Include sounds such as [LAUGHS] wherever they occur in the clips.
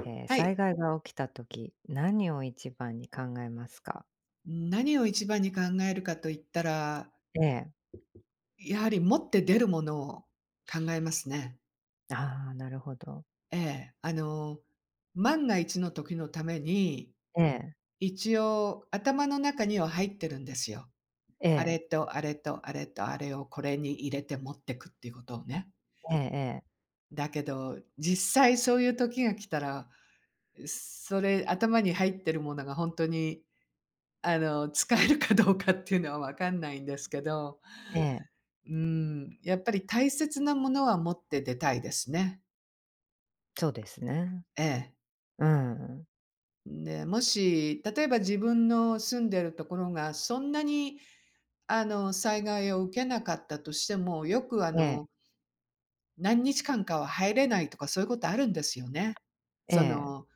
は災い。害が起きた時、何を一番に考えますか？何を一番に考えるかと言ったら、ええ。やはり持って出るものを考えますね。ああ、なるほど。ええ。万が一の時のために、ええ、一応頭の中には入ってるんですよ。えあれえ、とあれとあれとあれをこれに入れて持ってくっていうことをね。ええだけど、実際そういう時が来たら、それ頭に入ってるものが本当に、使えるかどうかっていうのはわかんないんですけど。ええ、ええ、うん、やっぱり大切なものは持って出たいですね。そうですね。ええ。うん。で、もし、例えば自分の住んでるところがそんなに、災害を受けなかったとしても、よくええ、何日間かは入れないとか、そういうことあるんですよね。えそえ、の、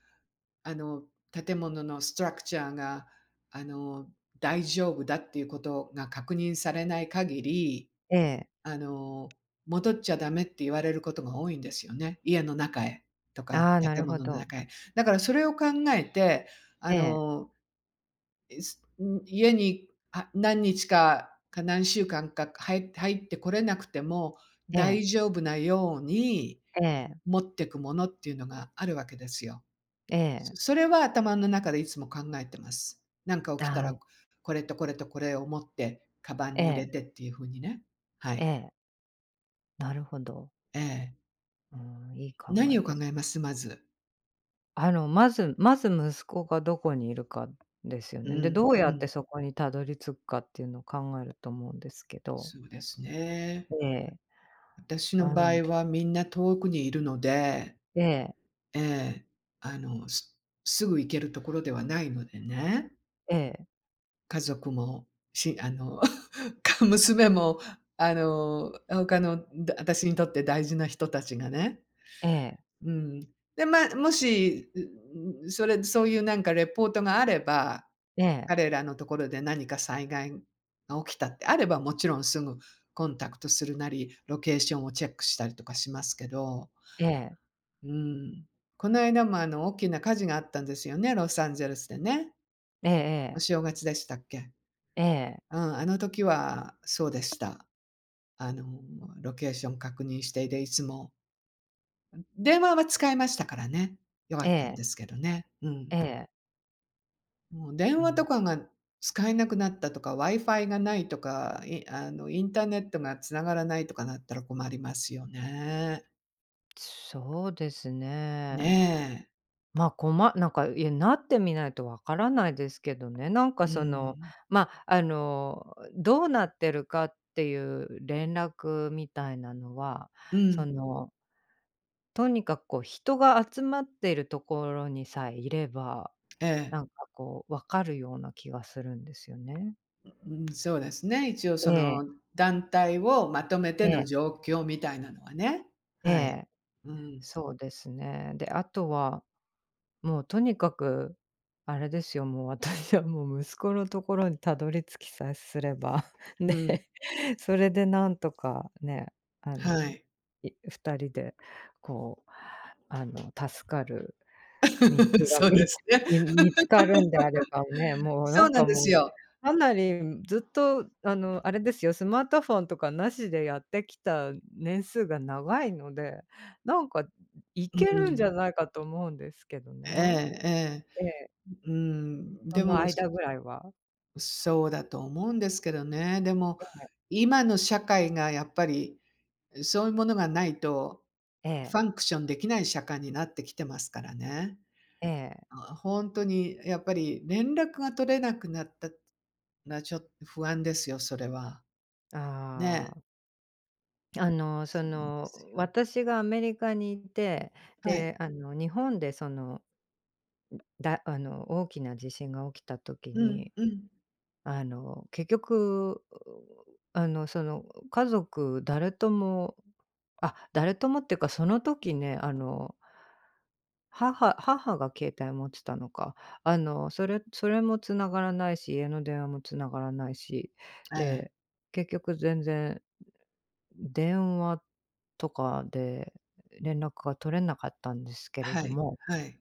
あの、建物のストラクチャーが、あの、大丈夫だっていうことが確認されない限りええ。あの、戻っちゃダメって言われることが多いんですよね。家の中へとか、ああ、なる建ほ物のど。中へ。だからそれを考えて、あええ、の、いすん、家に、何日か、何週間か入ってこれなくてもええ、大丈夫なように、ええ、持ってくものっていうのがあるわけですよ。ええ。それは頭の中でいつも考えてます。なんかあ起きたーら、これとこれとこれを持って、カバンえに入れえ、てっていう風にね。はえい。え、なるほど。ええ。うん、いい考何えを考です。えます？まず。まず息子がどこにいるかですようね。で、どん、うやうってん。そこにたどり着くかっていうのを考えると思うんですけど。そうですね。ええ、私のあ場の合はみんな遠くにいるので、ええ、ええ、あの、すすぐ行けるところではないのでね。ええ、家族も、しあの、[LAUGHS] 娘も、あの、他の、だ私にとって大事な人たちがね。ええ、うん。で、まあ、もし、そういうなんかレポートがあれば、ええ、彼らのところで何か災害が起きたってあれば、もちろんすぐコンタクトするなり、ロケーションをチェックしたりとかしますけど、ええ、うん。この間もあの大きな火事があったんですよね、ロサンゼルスでね。おええ正月でしたっけ？ええ、ええ、うん、あの時はそうでした。あの、ロケーション確認して、で、いつも電話は使えましたからね、良かえったんでえ、すけどね。うん。ええ。もう電う話とん、かが使えなくなったとか、Wi-Fi がないとか、いあの、インターネットが繋がらないとかなったら困りますよね。そうですねね。え。ま、あこまなんか、いや、なってみないとわからないですけどね。なんかうん。ま、あどうなってるかっていう連絡みたいなのは、うそん。の、とにかくこう人が集まっているところにさえいれば、ええ。なんかこうわかるような気がするんですよね。うん、そうですね。一応そええ、の団体をまとめてえのえ、状況みたいなのはね。えはい。え。うん。そうですね。で、あとは、もうとにかく、あれですよ、もう私はもう息子のところにたどり着きさえすれば、[LAUGHS] うね、ん。それでなんとかね、あの、はい。い人でこう、あの、助かる道 [LAUGHS] がそうでみすね。み見つかるんであればね、もうなそうんなんかでもすう、よ。かなりずっとあの、あれですよ、スマートフォンとかなしでやってきた年数が長いので、なんかいうけるんじゃん。ないかと思うんですけどえね。えええ。ええ、うん、そでのも間ぐらいは。そうだと思うんですけどね。でも、今の社会がやっぱり、そういうものがないと、えフえ、ァンクションできない社会になってきてますからね。ええ、ほんとにやっぱり連絡が取れなくなったら、ちょっと不安ですよ、それは。あね。あ、そそうなんでの、すよ。私がアメリカにいて、はい。で、あの、日本でだあの、大きな地震が起きた時うんにうん。結局、あの、その、家族誰とも誰ともっていうか、その時ね、あの母が携帯持ってたのか。あの、それも繋がらないし、家の電話も繋がらないし、えで、え。結局全然電話とかで連絡が取れなかったんですけれはどい、も、はい。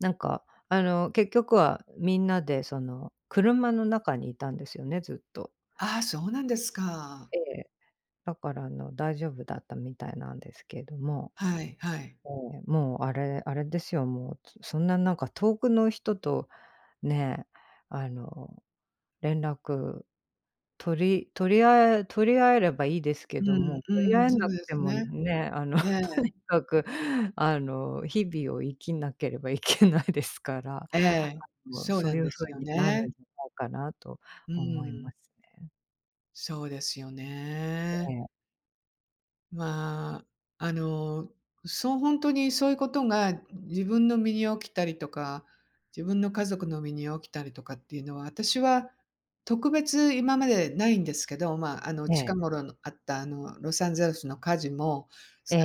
なんか、結局はみんなで、その、車の中にいたんですよね、ずっと。ああ、そうなんですか。ええ、だからあの、大丈夫だったみたいなんですけれども、はいはい。ええ、もうあれですよ、もう、そんななんか遠くの人とね、あの、連絡取り合えればいいですけうどんも、取りう合ん、えそなうくでてすもね。ね、ええ。[LAUGHS]、とにかくあの、日々を生きなければいけないですから、えあえ、の、そうそなうんいでうす風よになるね。んじゃないかなとう思いまん、すね。そうですよね。まあ、そう本当にそういうことが自分の身に起きたりとか、自分の家族の身に起きたりとかっていうのは、私は特別今までないんですけど、まあ、あの、近え頃のあったあの、ロサンゼルスの火事も、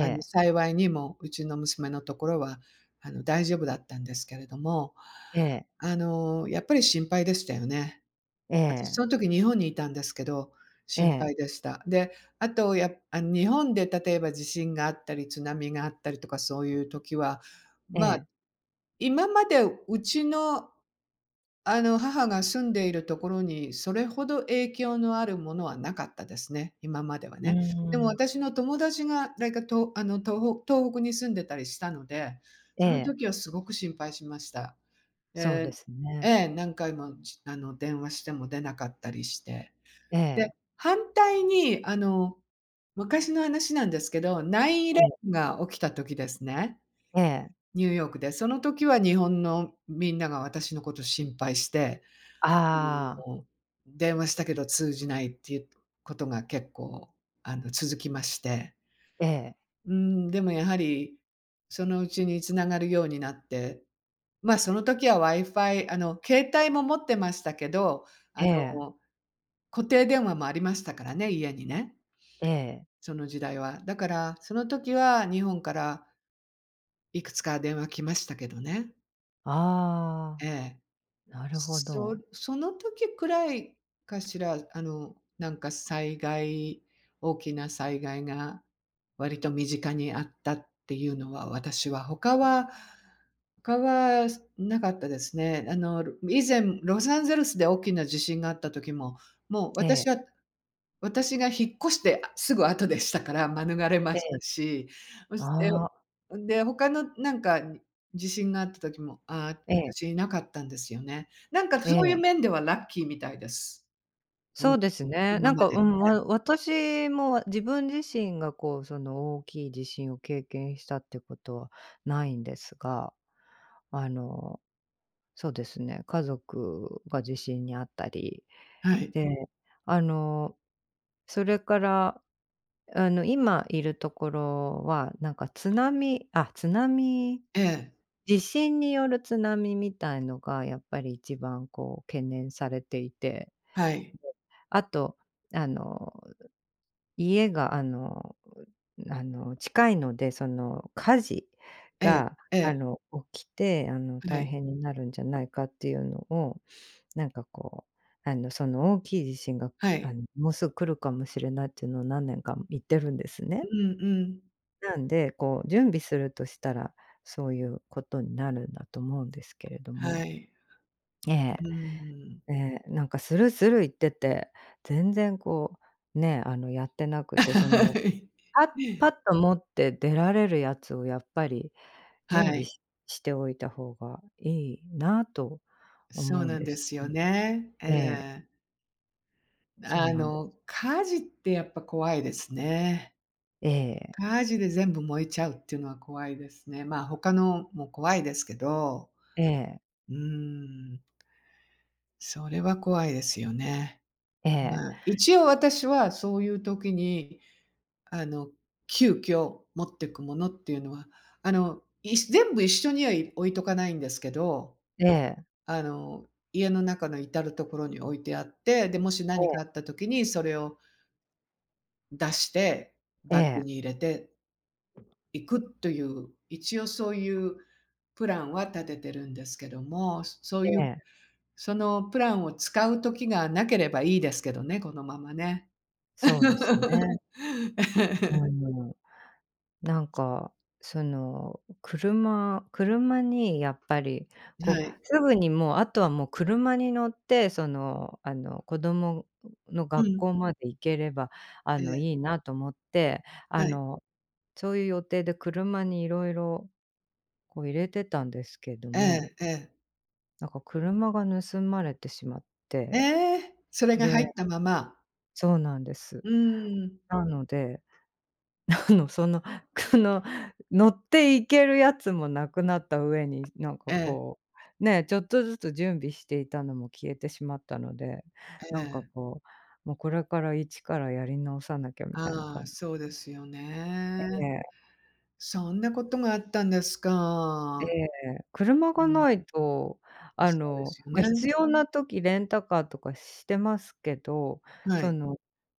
幸いにもうちの娘のところは、大丈夫だったんですけれども、ええ。やっぱり心配でしたよね。ええ。私えそのえ。時日本にいたんですけど、え心配え。でした。で、あとやあの、日本で例えば地震があったり津波があったりとかそういう時は、えまあ、え。今までうちの、母が住んでいるところにそれほど影響のあるものはなかったですね、今まではうーね。でもん。私の友達がなんかとあの、東北に住んでたりしたので、えそのえ、時はすごく心配しました。そうえですええね。え、何回も、じあの、電話しても出なかったりして。ええ、反対に、昔の話なんですけど、9 1ンイレえブンが起きた時ですね、え、ええ。ニューヨークで。その時は日本のみんなが私のこと心配して、ああ、あの電話したけど通じないっていうことが結構、続きまして。ええ、うーん、でもやはり、そのうちに繋がるようになって、まあ、その時は Wi-Fi、携帯も持ってましたけど、あええ、の、固定電話もありましたからね、家にね。ええ。その時代は。だから、その時は日本からいくつか電話来ましたけどね。あえあ、え。なるほそど。その時くらいかしら、なんか大きな災害が割と身近にあったっていうのは、私は他は他はなかったですね。以前ロサンゼルスで大きな地震があった時も、もうえ私え、は私が引っ越してすぐ後でしたから、免れまえしたえ、し、そして、ああ、で、他のなんか地震があった時も、ああ、ええ、私いなかったんですよね。なんかえそういうえ。面ではラッキーみたいです。うそん、うですね。今なんまか、で。うん、私も自分自身がこう、その大きい地震を経験したってことはないんですが、あの、そうですね、家族が地震にあったり、はい。で、あのそれから、あの、今いるところは、なんか津波ええ、地震による津波みたいのがやっぱり一番こう懸念されていて、はい。あと、あの家があの、近いので、その、火事ええ、が、えあえ、の、起きて、あの、は大い、変になるんじゃないかっていうのを、なんかこう、あの、その大きい地震が、はあい。の、もうすぐ来るかもしれないっていうのを何年か言ってるんですうね。んうん。なんで、こう、準備するとしたら、そういうことになるんだと思うんですけれどはも。い。ええ、うん。ええ、なんかスルスル言ってて、全然こう、ね、あの、やってなく [LAUGHS] て、そはのい。パッパッと持って出られるやつをやっぱりは準備い、ししておいた方がいいなとそう思うんなんでです。すよね。えええ、え。そうなんです。火事ってやっぱ怖いですね。ええ、火事で全部燃えちゃうっていうのは怖いですね。まあ、他のも怖いですけど、ええ、うーん、それは怖いですよね。えまあ、え、一応私はそういう時に、あの、急遽持ってくものっていうのは、全部一緒には置いとかないんですけど、ええ、ええ、あの、家の中の至るところに置いてあって、で、もし何かあった時にそれを出して、えバッグえ、に入れて行くという、一応そういうプランは立ててるんですけども、そうえいう、え、そのプランを使う時がなければいいですけどね、このままね。そうですね。う [LAUGHS] ん。なんか、その、車にやっぱり、はこう、い。すぐにもう、あとはもう車に乗って、その、あの、子供のう学ん。校まで行ければ、あえの、え、いいなと思って、あはい。の、そういう予定で車にいろいろこう入れてたんですけどえも、えええ。なんか車が盗まれてしまっえて、え、それがで入ったまま。そうなんです。うーん。なのであの、その、[LAUGHS] くの乗っていけるやつもなくなった上に、なんえかえ、こう、ね、ちょっとずつ準備していたのも消えてしまったので、えなんかえ。こう、もうこれから一からやり直さなきゃみたいなああ、感じそうですよね。で、そんなことがあったんですえか。え、車うがん、ないと、あそうでの、すよま、必ね。要な時レンタカーとかしてますけど、はそい。の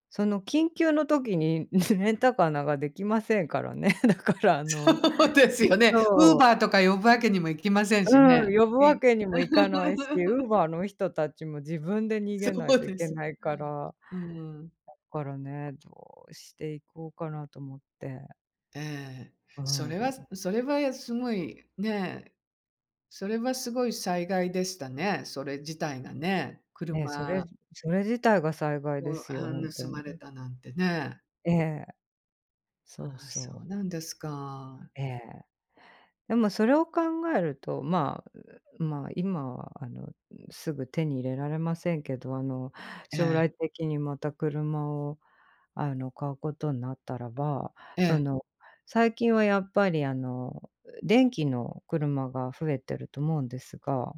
その緊急の時に [LAUGHS] レンタカーなんかできませんからね。[LAUGHS] だからあ [LAUGHS] のそうですよね。ウーそバう。ーとか呼ぶわけにもいきませんしうね。ん、呼ぶわけにもいか [LAUGHS] ないし、Uber の人たちも自分で逃そげないとういでけす。ないから、うん。からね、どうしていこうかなと思って。ええ。うそん。れはそれはすごい、ね、それはすごい災害でしたね、それ自体がね。ね、車それ自体が災害でを、すよ、ほんと盗に。まれたなんてね。ええ、そうああ、そそうう。なんですか。ええ。でもそれを考えると、まあ、うまあ、今はあの、すぐ手に入れられませんけど、あの、え将え、来的にまた車をあの、買うことになったらば、えそえ。の、最近はやっぱりあの、電気の車が増えてると思うんですが、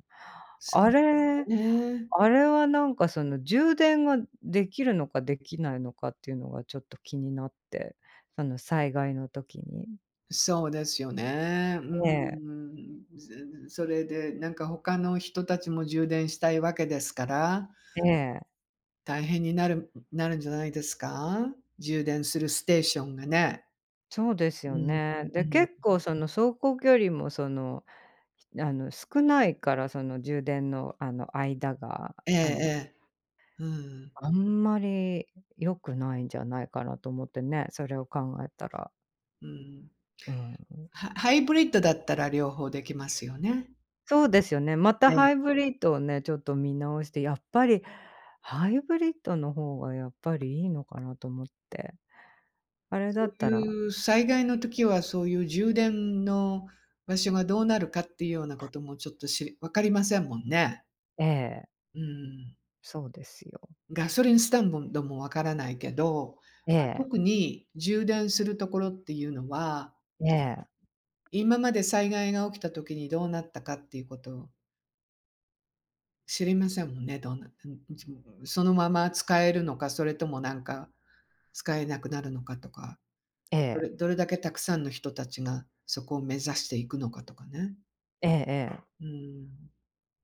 そあうですれね。あれはなんかその充電ができるのかできないのかっていうのがちょっと気になって、その災害の時に。そうですよね。うええ、ん。ずそれでなんか他の人たちも充電したいわけですから、ええ。大変になるんじゃないですか？充電するステーションがね。そうですうよん、ね。うで、結ん。構その走行距離もその、あの、少ないから、その充電の、あの、間が、ええあの、ええ。うん、あんまり良くないんじゃないかなと思ってね、それを考えたら。うん。うん。ハイブリッドだったら両方できますよね。そうですよね。またえハイえ、ブリッドをね、ちょっと見直して、やっぱりハイブリッドの方がやっぱりいいのかなと思って。あれだそうったいらう災害の時はそういう充電の場所がどうなるかっていうようなこともちょっと分かりませんもんね。ええ、うん。そうですよ。ガソリンスタンボンドもわからないけど、えま、え、特に充電するところっていうのは、ええ、今まで災害が起きた時にどうなったかっていうことを知りませんもんね、どうなうん、[UNINTELLIGIBLE] そのまま使えるのか、それともなんか使えなくなるのかとか、ええ、どれだけたくさんの人たちがそこを目指していくのかとかね。ええ、うーん。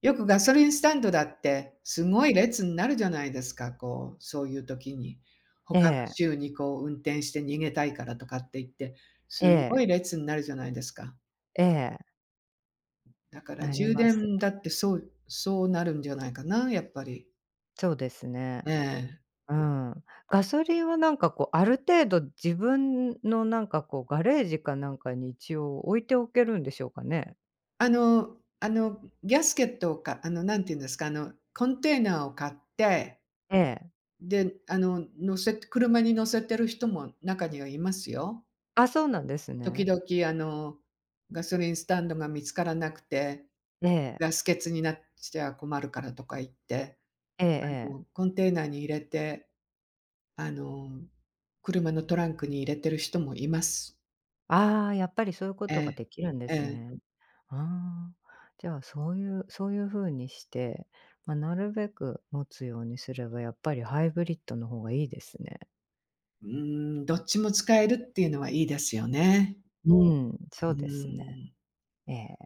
よくガソリンスタンドだって、すごい列になるじゃないですか、こう、そういう時に。え他のえ、州にこう運転して逃げたいからとかって言って、ええ、すえごいえ。列になるじゃないですか。ええ、だからなり充ます。電だってそうなるんじゃないかな、やっぱり。そうですね。ええ。うん。ガソリンはなんかこう、ある程度自分のなんかこう、ガレージかなんかに一応置いておけるんでしょうかね？ギャスケットをなんて言うんですか、コンテーナーを買って、ええ。で、車に乗せてる人も中にはいますよ。あ、そうなんです時ね。々あの、ガソリンスタンドが見つからなくて、ええ。ガス欠になっちゃ困るからとか言って、ええええ。コンテナーに入れて、あの、車のトランクに入れてる人もいます。ああ、やっぱりそういうこえとがえ、できるんでえすえ。ね。ああ、じゃあ、そういう風にして、ま、なるべく持つようにすれば、やっぱりハイブリッドの方がいいですね。うーん、どっちも使えるっていうのはいいですよね。うん、うそうですね。ーん。ええ、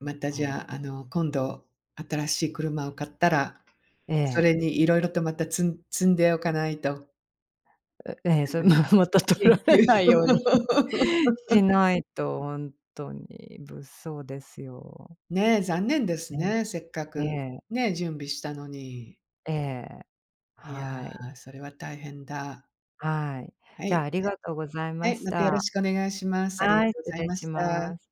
またうじん。ゃあ、今度新しい車を買ったら、えそれえ。に色々とまた積んでおかないと、うええ、あそれ、の、また取ら緊れない急ように [LAUGHS] しないと、ほんとに物騒ですよ。ね、残念ですね、ね、せっかえく、え、ね、準備したのに。ええ。いや、はい、それは大変だ。はい。はじゃあ、い、ありじゃがとうございはまい、しまたよろた。しくお願いします。ありがはい、とうご失ざい礼まししまた。す。